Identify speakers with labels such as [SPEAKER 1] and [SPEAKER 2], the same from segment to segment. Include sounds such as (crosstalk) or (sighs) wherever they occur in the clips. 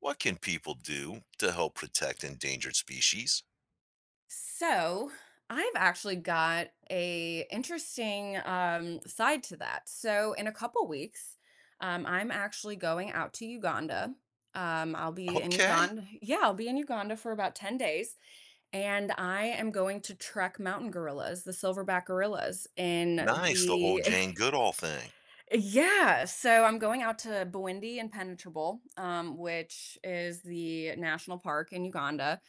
[SPEAKER 1] What can people do to help protect endangered species?
[SPEAKER 2] So I've actually got a interesting side to that. So in a couple weeks, I'm actually going out to Uganda. I'll be in
[SPEAKER 1] Okay.
[SPEAKER 2] Uganda. (laughs) Yeah, I'll be in Uganda for about 10 days. And I am going to trek mountain gorillas, the silverback gorillas in
[SPEAKER 1] Nice, the whole
[SPEAKER 2] the.
[SPEAKER 1] Jane Goodall thing.
[SPEAKER 2] (laughs) Yeah. So I'm going out to Bwindi Impenetrable, which is the national park in Uganda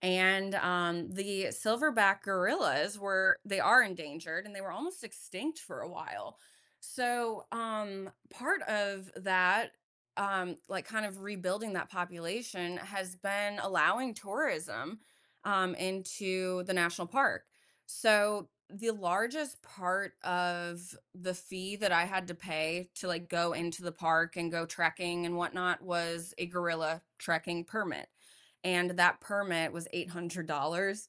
[SPEAKER 2] and the silverback they are endangered and they were almost extinct for a while. So um, part of that, like kind of rebuilding that population, has been allowing tourism into the national park. So the largest part of the fee that I had to pay to like go into the park and go trekking and whatnot was a gorilla trekking permit, and that permit was $800.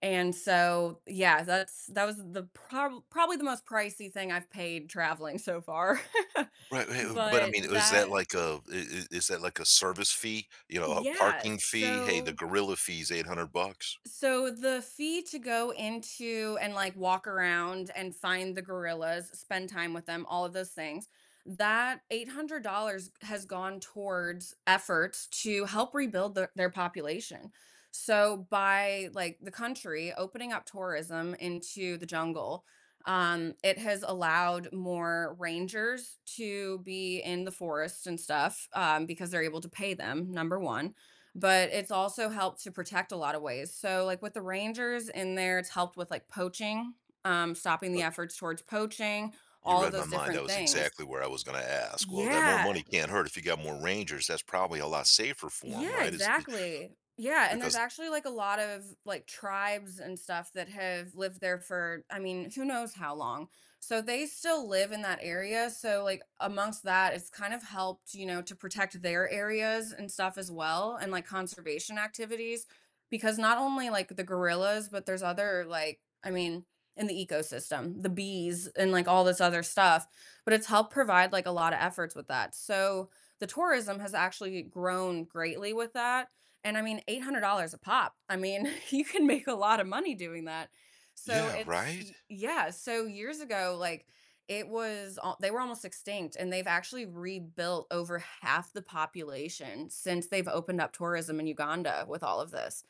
[SPEAKER 2] And so, yeah, that was the probably the most pricey thing I've paid traveling so far. (laughs)
[SPEAKER 1] Right, right, but I
[SPEAKER 2] But
[SPEAKER 1] mean, is that
[SPEAKER 2] that
[SPEAKER 1] like a I is that like a service fee? You know, a
[SPEAKER 2] yeah,
[SPEAKER 1] parking fee? "Hey, the gorilla fee's $800."
[SPEAKER 2] so the fee to go into and like walk around and find the gorillas, spend time with them, all of those things, that $800 has gone towards efforts to help rebuild their population. So by like the country opening up tourism into the jungle, it has allowed more rangers to be in the forest and stuff because they're able to pay them, number one, but it's also helped to protect a lot of ways. So, like with the Rangers in there, it's helped with like poaching, stopping
[SPEAKER 1] Uh,
[SPEAKER 2] the efforts towards poaching,
[SPEAKER 1] you
[SPEAKER 2] all of
[SPEAKER 1] read my
[SPEAKER 2] those
[SPEAKER 1] mind, that
[SPEAKER 2] different
[SPEAKER 1] was
[SPEAKER 2] things.
[SPEAKER 1] exactly where I was gonna ask. Well, that more money
[SPEAKER 2] Yeah.
[SPEAKER 1] can't hurt. If you got more rangers, that's probably a lot safer for
[SPEAKER 2] Yeah,
[SPEAKER 1] them, right? Is I
[SPEAKER 2] exactly. Yeah, and there's
[SPEAKER 1] because
[SPEAKER 2] actually like a lot of like tribes and stuff that have lived there for, I mean, who knows how long. So they still live in that area. So like amongst that, it's kind of helped, you know, to protect their areas and stuff as well and like conservation activities because not only like the gorillas, but there's other like, I mean, in the ecosystem, the bees and like all this other stuff, but it's helped provide like a lot of efforts with that. So the tourism has actually grown greatly with that, and I mean, $800 a pop. I mean, (laughs) you can make a lot of money doing that. So
[SPEAKER 1] Yeah,
[SPEAKER 2] it's
[SPEAKER 1] right?
[SPEAKER 2] yeah, so years ago, like, it was al they were almost extinct, and they've actually rebuilt over half the population since they've opened up tourism in Uganda with all of this.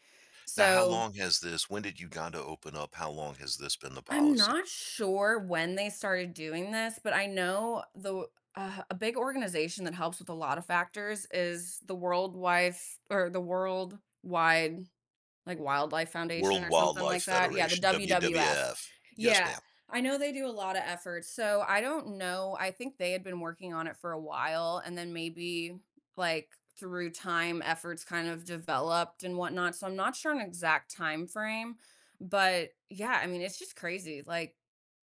[SPEAKER 1] Now how
[SPEAKER 2] So
[SPEAKER 1] long has this when did Uganda open up? How long has this been the
[SPEAKER 2] I'm
[SPEAKER 1] policy?
[SPEAKER 2] not sure when they started doing this, but I know the a big organization that helps with a lot of factors is the World Wife or the World like Wildlife Foundation
[SPEAKER 1] World
[SPEAKER 2] or something
[SPEAKER 1] Wildlife
[SPEAKER 2] like that. Yeah, the
[SPEAKER 1] Federation,
[SPEAKER 2] WWF.
[SPEAKER 1] WWF. Yes,
[SPEAKER 2] Yeah,
[SPEAKER 1] ma'am.
[SPEAKER 2] I know they do a lot of efforts. So I don't know. I think they had been working on it for a while and then maybe like through time efforts kind of developed and whatnot. So I'm not sure an exact time frame, but yeah, I mean, it's just crazy. Like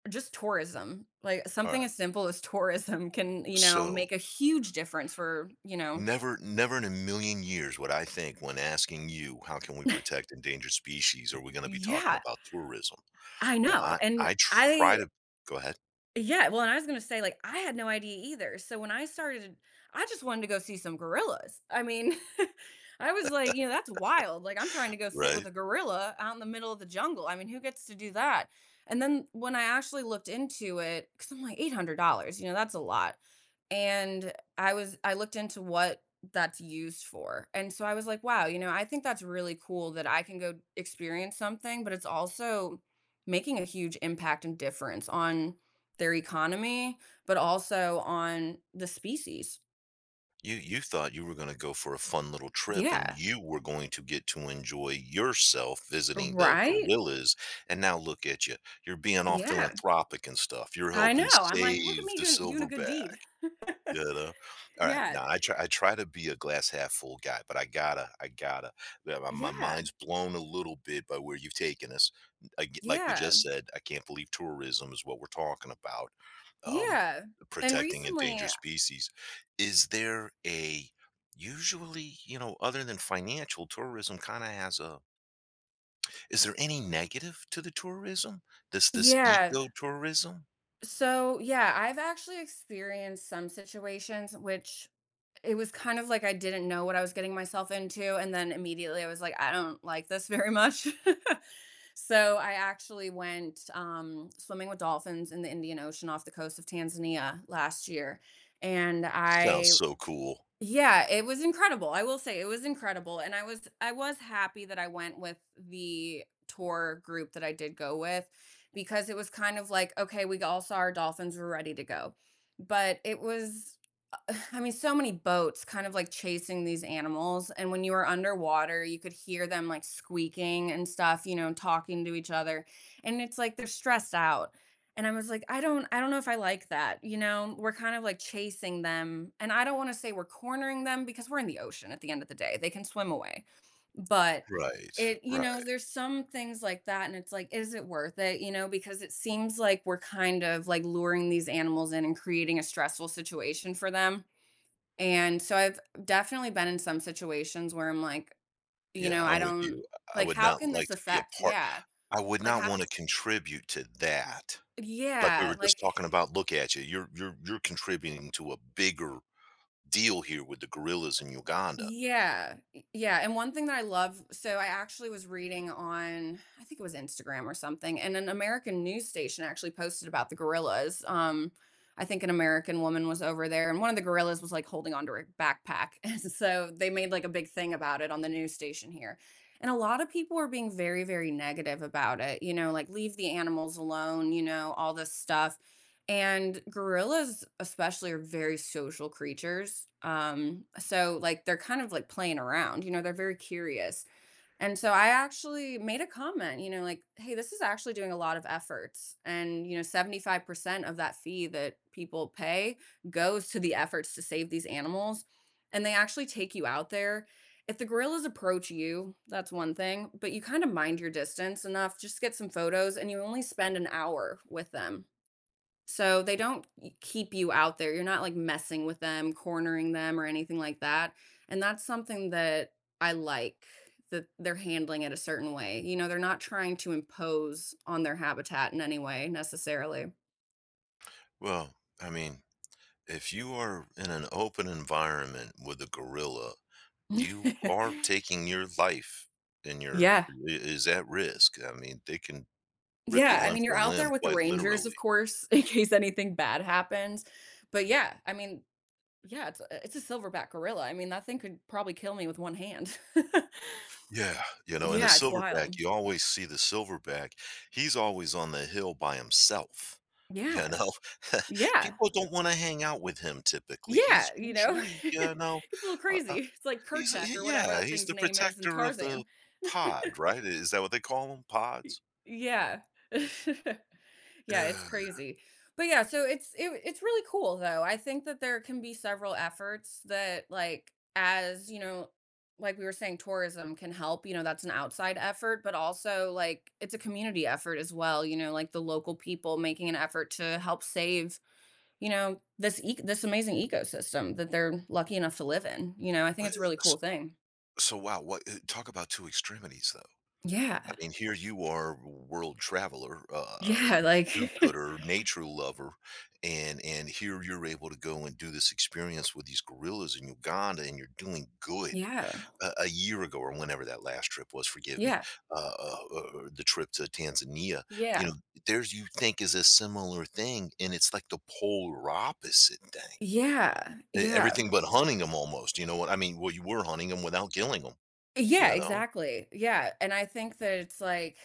[SPEAKER 2] just tourism, like
[SPEAKER 1] All
[SPEAKER 2] something
[SPEAKER 1] right.
[SPEAKER 2] as simple as (laughs) tourism can, you know,
[SPEAKER 1] So
[SPEAKER 2] make a huge difference for, you
[SPEAKER 1] never, never in a million years would I think when asking you, how can we protect endangered species? Are we going to be talking
[SPEAKER 2] yeah,
[SPEAKER 1] about tourism?
[SPEAKER 2] I
[SPEAKER 1] Now,
[SPEAKER 2] know.
[SPEAKER 1] I,
[SPEAKER 2] And
[SPEAKER 1] I try
[SPEAKER 2] I
[SPEAKER 1] to go ahead.
[SPEAKER 2] Yeah, well, and I was gonna say, like, I had no idea either, so when I started I just wanted to go see some gorillas. I mean, (laughs) I was like, you know, that's wild, like, I'm trying to go sit with
[SPEAKER 1] Right.
[SPEAKER 2] a gorilla out in the middle of the jungle, I mean, who gets to do that? And then when I actually looked into it, because 'cause I'm like, $800, you know, that's a lot, and I looked into what that's used for, and so I was like, "Wow," you know, I think that's really cool that I can go experience something, but it's also making a huge impact and difference on their economy, but also on the species.
[SPEAKER 1] You thought you were going to go for a fun little trip and
[SPEAKER 2] Yeah,
[SPEAKER 1] you were going to get to enjoy yourself visiting the
[SPEAKER 2] right?
[SPEAKER 1] gorillas. And now look at you. You're being all
[SPEAKER 2] Yeah,
[SPEAKER 1] philanthropic and stuff. You're
[SPEAKER 2] I
[SPEAKER 1] helping
[SPEAKER 2] know. I'm like, look at
[SPEAKER 1] save
[SPEAKER 2] me
[SPEAKER 1] the
[SPEAKER 2] doing a good deed.
[SPEAKER 1] silverback. You know? Alright,
[SPEAKER 2] Yeah,
[SPEAKER 1] now I try to be a glass half full guy, but I gotta yeah, my
[SPEAKER 2] yeah,
[SPEAKER 1] mind's blown a little bit by where you've taken us. Ag Like we
[SPEAKER 2] yeah,
[SPEAKER 1] just said, I can't believe tourism is what we're talking about, um,
[SPEAKER 2] yeah. And
[SPEAKER 1] protecting
[SPEAKER 2] recently,
[SPEAKER 1] endangered species. Is there a usually, you know, other than financial, tourism kinda has a is there any negative to the tourism? This
[SPEAKER 2] yeah.
[SPEAKER 1] eco tourism.
[SPEAKER 2] So, yeah, I've actually experienced some situations which it was kind of like I didn't know what I was getting myself into, and then immediately I was like, "I don't like this very much." (laughs) So, I actually went, swimming with dolphins in the Indian Ocean off the coast of Tanzania last year, and
[SPEAKER 1] Sounds
[SPEAKER 2] I
[SPEAKER 1] so cool.
[SPEAKER 2] yeah, it was incredible, I will say it was incredible, and I was happy that I went with the tour group that I did go with because it was kind of like, "Okay, we all saw our dolphins, we're ready to go." But it was (sighs) I mean, so many boats kind of like chasing these animals. And when you were underwater, you could hear them like squeaking and stuff, you know, talking to each other. And it's like they're stressed out. And I was like, I don't know if I like that. You know, we're kind of like chasing them. And I don't want to say we're cornering them because we're in the ocean at the end of the day. They can swim away. But
[SPEAKER 1] Right,
[SPEAKER 2] it, you know,
[SPEAKER 1] right.
[SPEAKER 2] there's some things like that. And it's like, is it worth it? You know, because it seems like we're kind of like luring these animals in and creating a stressful situation for them, and so I've definitely been in some situations where I'm like, you
[SPEAKER 1] Yeah,
[SPEAKER 2] know, I
[SPEAKER 1] I'm with you.
[SPEAKER 2] don't
[SPEAKER 1] I
[SPEAKER 2] like
[SPEAKER 1] would
[SPEAKER 2] how
[SPEAKER 1] not
[SPEAKER 2] can
[SPEAKER 1] like
[SPEAKER 2] this
[SPEAKER 1] to be a
[SPEAKER 2] affect?
[SPEAKER 1] part
[SPEAKER 2] Yeah.
[SPEAKER 1] I would
[SPEAKER 2] Like
[SPEAKER 1] not
[SPEAKER 2] how
[SPEAKER 1] wanna contribute to that. Like we were
[SPEAKER 2] yeah,
[SPEAKER 1] just talking about, look at you. You're you're contributing to a bigger deal here with the gorillas in Uganda.
[SPEAKER 2] yeah, y yeah, and one thing that I love, so I actually was reading on I think it was Instagram or something, and an American news station actually posted about the gorillas, I think an American woman was over there, and one of the gorillas was, like, holding onto her backpack, (laughs) and so they made, like, a big thing about it on the news station here, and a lot of people were being very, very negative about it, you know, like, "Leave the animals alone," you know, all this stuff, and gorillas especially are very social creatures. So like they're kind of like playing around, you know, they're very curious. And so I actually made a comment, you know, like, hey, this is actually doing a lot of efforts. And, you know, 75% of that fee that people pay goes to the efforts to save these animals. And they actually take you out there. If the gorillas approach you, that's one thing, but you kind of mind your distance enough, just get some photos, and you only spend an hour with them. So they don't keep you out there, you're not, like, messing with them, cornering them, or anything like that, and that's something that I like, that they're handling it a certain way, you know, they're not trying to impose on their habitat in any way, necessarily.
[SPEAKER 1] Well, I mean, if you are in an open environment with a gorilla, you are
[SPEAKER 2] (laughs)
[SPEAKER 1] taking your life and your
[SPEAKER 2] Yeah.
[SPEAKER 1] I is at risk. I mean, they can rip you
[SPEAKER 2] Yeah, I
[SPEAKER 1] limb
[SPEAKER 2] mean, you're
[SPEAKER 1] from
[SPEAKER 2] out there
[SPEAKER 1] limb
[SPEAKER 2] with the
[SPEAKER 1] quite
[SPEAKER 2] rangers,
[SPEAKER 1] literally.
[SPEAKER 2] of course, (laughs) in case anything bad happens, but yeah, I mean yeah, it's a silverback gorilla, I mean, that thing could probably kill me with one hand. (laughs)
[SPEAKER 1] Yeah, you know, and the
[SPEAKER 2] Yeah, it's
[SPEAKER 1] silverback,
[SPEAKER 2] wild.
[SPEAKER 1] you always see the silverback. He's always on the hill by himself, you
[SPEAKER 2] Yeah.
[SPEAKER 1] know? (laughs)
[SPEAKER 2] Yeah.
[SPEAKER 1] People don't wanna hang out with him typically. He's
[SPEAKER 2] Yeah, you know?
[SPEAKER 1] usually, you
[SPEAKER 2] (laughs)
[SPEAKER 1] know,
[SPEAKER 2] It's a little
[SPEAKER 1] uh, uh,
[SPEAKER 2] crazy. It's like
[SPEAKER 1] he's
[SPEAKER 2] Kerchak
[SPEAKER 1] he
[SPEAKER 2] or whatever
[SPEAKER 1] yeah,
[SPEAKER 2] that
[SPEAKER 1] he's
[SPEAKER 2] thing's
[SPEAKER 1] the
[SPEAKER 2] name is in
[SPEAKER 1] protector of the
[SPEAKER 2] Tarzan. (laughs)
[SPEAKER 1] pod, right? Is that what they call them, pods?
[SPEAKER 2] Yeah. (laughs) Yeah, it's
[SPEAKER 1] Yeah.
[SPEAKER 2] crazy. But, yeah, so it's it's really cool, though. I think that there can be several efforts that, like, as, you know, like we were saying, tourism can help, you know, that's an outside effort, but also, like, it's a community effort as well, you know, like the local people making an effort to help save, you know, this amazing ecosystem that they're lucky enough to live in, you know, I think
[SPEAKER 1] Wha
[SPEAKER 2] it's a really cool
[SPEAKER 1] s
[SPEAKER 2] thing.
[SPEAKER 1] so, wow, what, eh talk about 2 extremities, though. I
[SPEAKER 2] Yeah.
[SPEAKER 1] mean, here you are, world traveler,
[SPEAKER 2] Yeah, like (laughs)
[SPEAKER 1] do-gooder, nature lover, and here you're able to go and do this experience with these gorillas in Uganda, and you're doing good.
[SPEAKER 2] Yeah.
[SPEAKER 1] A year ago, or whenever that last trip was, forgive me,
[SPEAKER 2] Yeah.
[SPEAKER 1] the trip to Tanzania. You know,
[SPEAKER 2] Yeah.
[SPEAKER 1] there's you think is a similar thing, and it's like the polar opposite thing.
[SPEAKER 2] Yeah. Yeah.
[SPEAKER 1] Everything but hunting them, almost. You know what I mean? Well, you were hunting them without killing them.
[SPEAKER 2] Yeah,
[SPEAKER 1] You know?
[SPEAKER 2] exactly. Yeah, and I think that it's like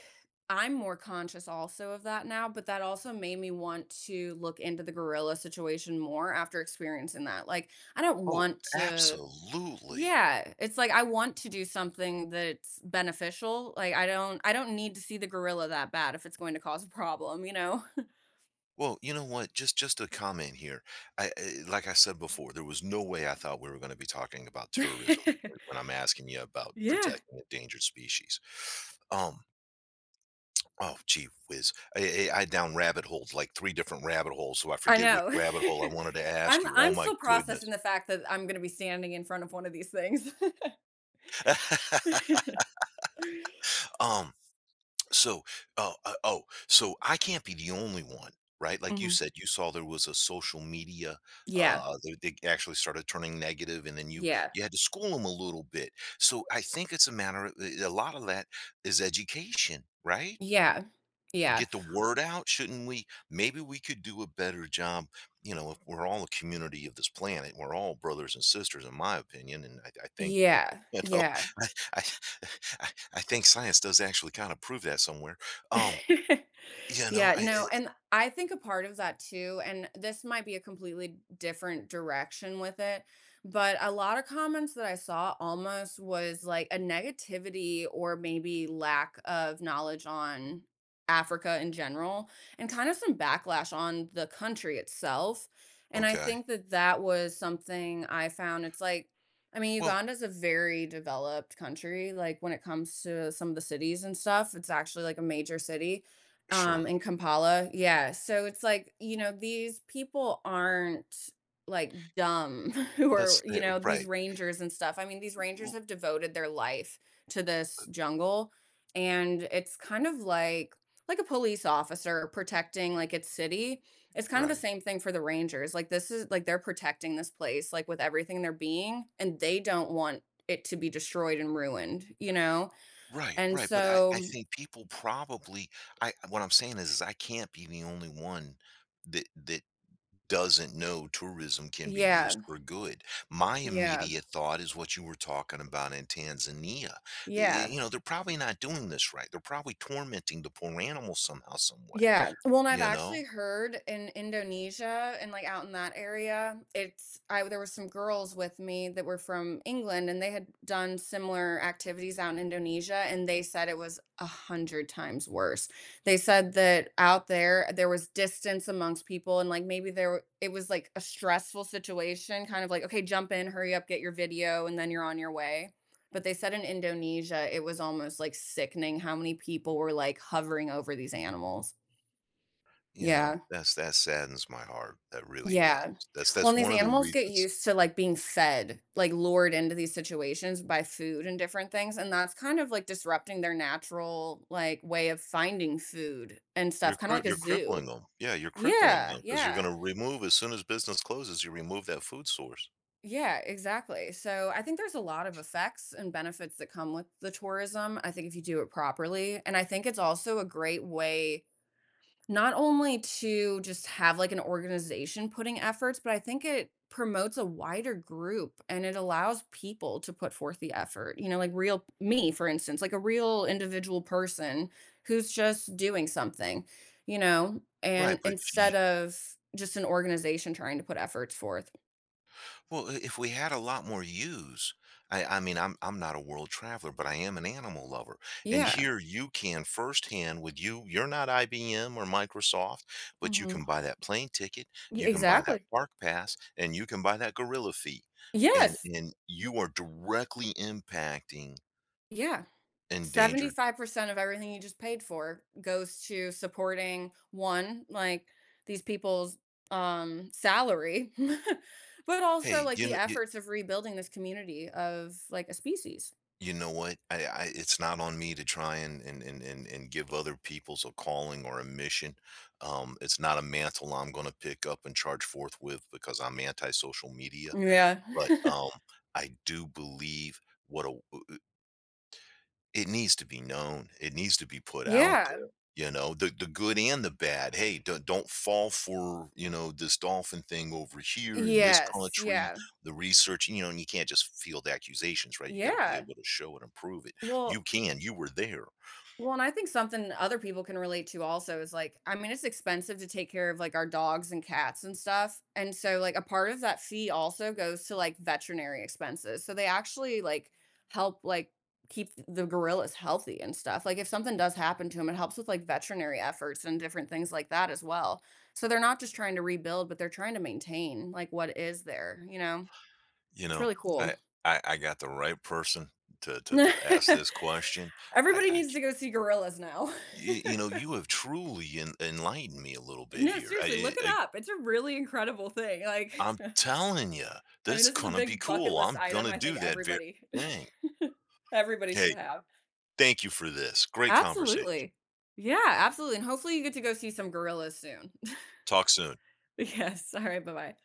[SPEAKER 2] I'm more conscious also of that now, but that also made me want to look into the gorilla situation more after experiencing that, like, I don't
[SPEAKER 1] Oh,
[SPEAKER 2] want to
[SPEAKER 1] absolutely.
[SPEAKER 2] yeah, it's like I want to do something that's beneficial, like, I don't need to see the gorilla that bad if it's going to cause a problem, you know?
[SPEAKER 1] Well, you know what? Just a comment here. I like I said before, there was no way I thought we were going to be talking about tourism
[SPEAKER 2] (laughs)
[SPEAKER 1] when I'm asking you about
[SPEAKER 2] Yeah,
[SPEAKER 1] protecting endangered species. Um, oh gee whiz, I down rabbit holes like three different rabbit holes, so I
[SPEAKER 2] I
[SPEAKER 1] forget which
[SPEAKER 2] know.
[SPEAKER 1] rabbit hole I
[SPEAKER 2] (laughs)
[SPEAKER 1] wanted to ask you. Oh
[SPEAKER 2] I'm
[SPEAKER 1] my
[SPEAKER 2] still processing
[SPEAKER 1] goodness.
[SPEAKER 2] the fact that I'm gonna be standing in front of one of these things.
[SPEAKER 1] (laughs)
[SPEAKER 2] (laughs)
[SPEAKER 1] um, So, oh, so, I can't be the only one, right? Like you
[SPEAKER 2] Mhm.
[SPEAKER 1] said, you saw there was a social media
[SPEAKER 2] Yeah,
[SPEAKER 1] they, actually started turning negative and then
[SPEAKER 2] yeah,
[SPEAKER 1] you had to school them a little bit. So I think it's a matter of a lot of that is education, right?
[SPEAKER 2] yeah, yeah,
[SPEAKER 1] Get the word out, shouldn't we? Maybe we could do a better job. You know, if we're all a community of this planet, we're all brothers and sisters, in my opinion. And I think,
[SPEAKER 2] yeah,
[SPEAKER 1] (laughs) you know,
[SPEAKER 2] yeah.
[SPEAKER 1] I, I, (laughs) I I think science does actually kind of prove that somewhere.
[SPEAKER 2] (laughs)
[SPEAKER 1] Um,
[SPEAKER 2] (laughs)
[SPEAKER 1] you know,
[SPEAKER 2] Yeah,
[SPEAKER 1] I
[SPEAKER 2] no, and I think a part of that too, and this might be a completely different direction with it, but a lot of comments that I saw almost was like a negativity or maybe lack of knowledge on Africa in general, and kind of some backlash on the country itself. And I
[SPEAKER 1] okay.
[SPEAKER 2] think that that was something I found. It's like, I mean,
[SPEAKER 1] Well,
[SPEAKER 2] Uganda's a very developed country. Like when it comes to some of the cities and stuff, it's actually like a major city
[SPEAKER 1] sure.
[SPEAKER 2] in Kampala, yeah, so it's like, you know, these people aren't, like, dumb (laughs) who
[SPEAKER 1] Let's
[SPEAKER 2] are these
[SPEAKER 1] right.
[SPEAKER 2] rangers and stuff, I mean, these rangers
[SPEAKER 1] L
[SPEAKER 2] have devoted their life to this jungle, and it's kind of like a police officer protecting, like, its city, it's kind of the
[SPEAKER 1] right.
[SPEAKER 2] same thing for the rangers, like, this is like, they're protecting this place, like, with everything in their being, and they don't want it to be destroyed and ruined, you know?
[SPEAKER 1] Right,
[SPEAKER 2] And
[SPEAKER 1] right, but I
[SPEAKER 2] so
[SPEAKER 1] think people probably I what I'm saying is I can't be the only one that doesn't know tourism can be used
[SPEAKER 2] yeah,
[SPEAKER 1] for good. My
[SPEAKER 2] yeah,
[SPEAKER 1] immediate thought is what you were talking about in Tanzania. Y-
[SPEAKER 2] yeah.
[SPEAKER 1] You know, they're probably not doing this right. They're probably tormenting the poor animals somehow, some way,
[SPEAKER 2] Yeah. Well, and I've
[SPEAKER 1] you
[SPEAKER 2] actually
[SPEAKER 1] know?
[SPEAKER 2] heard in Indonesia and like out in that area, it's I there were some girls with me that were from England and they had done similar activities out in Indonesia and they said it was 100 times worse. They said that out there there was distance amongst people and like maybe it was like a stressful situation, kind of like, okay, jump in, hurry up, get your video, and then you're on your way. But they said in Indonesia, it was almost like sickening how many people were like hovering over these animals.
[SPEAKER 1] You know,
[SPEAKER 2] Yeah,
[SPEAKER 1] that's that saddens my heart. That really
[SPEAKER 2] yeah.
[SPEAKER 1] does. That's
[SPEAKER 2] Well,
[SPEAKER 1] that's
[SPEAKER 2] and these
[SPEAKER 1] one of the
[SPEAKER 2] animals get
[SPEAKER 1] reasons
[SPEAKER 2] used to, like, being fed, like, lured into these situations by food and different things, and that's kind of, like, disrupting their natural, like, way of finding food and stuff, kinda like a
[SPEAKER 1] You're
[SPEAKER 2] zoo.
[SPEAKER 1] crippling crippling them. Yeah, you're crippling
[SPEAKER 2] Yeah,
[SPEAKER 1] them because you 'cause
[SPEAKER 2] yeah,
[SPEAKER 1] you're gonna remove as soon as business closes, you remove that food source.
[SPEAKER 2] yeah, exactly. So, I think there's a lot of effects and benefits that come with the tourism, I think if you do it properly, and I think it's also a great way. Not only to just have, like, an organization putting efforts, but I think it promotes a wider group, and it allows people to put forth the effort, you know, like, real me, for instance, like, a real individual person who's just doing something, you know,
[SPEAKER 1] Right,
[SPEAKER 2] and
[SPEAKER 1] but y
[SPEAKER 2] instead of just an organization trying to put efforts forth.
[SPEAKER 1] well, I if we had a lot more use, I mean, I'm not a world traveler, but I am an animal lover, and
[SPEAKER 2] Yeah.
[SPEAKER 1] here you can firsthand with you're not IBM or Microsoft, but you
[SPEAKER 2] Mhm.
[SPEAKER 1] can buy that plane ticket, you can buy that
[SPEAKER 2] Exactly.
[SPEAKER 1] park pass, and you can buy that gorilla fee, and
[SPEAKER 2] Yes.
[SPEAKER 1] you are directly impacting
[SPEAKER 2] Yeah.
[SPEAKER 1] endangered.
[SPEAKER 2] 75% of everything you just paid for goes to supporting one like these people's salary (laughs) but also
[SPEAKER 1] Hey,
[SPEAKER 2] like
[SPEAKER 1] you
[SPEAKER 2] the
[SPEAKER 1] kn you
[SPEAKER 2] efforts of rebuilding this community of like a species.
[SPEAKER 1] you know what? I it's not on me to try and give other people's a calling or a mission. It's not a mantle I'm going to pick up and charge forth with because I'm anti-social media.
[SPEAKER 2] Yeah.
[SPEAKER 1] But
[SPEAKER 2] (laughs)
[SPEAKER 1] I do believe what a it needs to be known. It needs to be put out
[SPEAKER 2] Yeah,
[SPEAKER 1] there, you know, the good and the bad. Hey, do not don't fall for, you know, this dolphin thing over here in this
[SPEAKER 2] yes,
[SPEAKER 1] country,
[SPEAKER 2] yeah,
[SPEAKER 1] the research, you know, and you can't just field accusations, right? You gotta be
[SPEAKER 2] yeah,
[SPEAKER 1] able to show it and prove it. You
[SPEAKER 2] well.
[SPEAKER 1] can, you were there,
[SPEAKER 2] Well, and I think something other people can relate to also is like, I mean, it's expensive to take care of like our dogs and cats and stuff. And so, like, a part of that fee also goes to like veterinary expenses. So they actually like help like keep the gorillas healthy and stuff. Like, if something does happen to them, it helps with like veterinary efforts and different things like that as well. So they're not just trying to rebuild, but they're trying to maintain like what is there, you know?
[SPEAKER 1] you
[SPEAKER 2] It's
[SPEAKER 1] know.
[SPEAKER 2] really
[SPEAKER 1] I
[SPEAKER 2] cool.
[SPEAKER 1] I got the right person to, to ask
[SPEAKER 2] (laughs)
[SPEAKER 1] this question. I,
[SPEAKER 2] Everybody
[SPEAKER 1] I
[SPEAKER 2] needs
[SPEAKER 1] c-
[SPEAKER 2] to go see gorillas now. (laughs)
[SPEAKER 1] you know, you have truly enlightened me a little bit
[SPEAKER 2] No,
[SPEAKER 1] here.
[SPEAKER 2] seriously, look it up. It's a really incredible thing, like,
[SPEAKER 1] I'm
[SPEAKER 2] (laughs)
[SPEAKER 1] telling you,
[SPEAKER 2] I mean,
[SPEAKER 1] that's
[SPEAKER 2] this is a
[SPEAKER 1] gonna be
[SPEAKER 2] big bucket
[SPEAKER 1] cool.
[SPEAKER 2] list
[SPEAKER 1] I'm
[SPEAKER 2] item
[SPEAKER 1] gonna
[SPEAKER 2] I
[SPEAKER 1] do
[SPEAKER 2] think
[SPEAKER 1] that very
[SPEAKER 2] everybody
[SPEAKER 1] thing.
[SPEAKER 2] (laughs) everybody should
[SPEAKER 1] Hey,
[SPEAKER 2] have.
[SPEAKER 1] thank you for this. Great conversation.
[SPEAKER 2] Absolutely. Yeah, absolutely, and hopefully you get to go see some gorillas soon. (laughs)
[SPEAKER 1] Talk soon.
[SPEAKER 2] Yes, alright, bye-bye.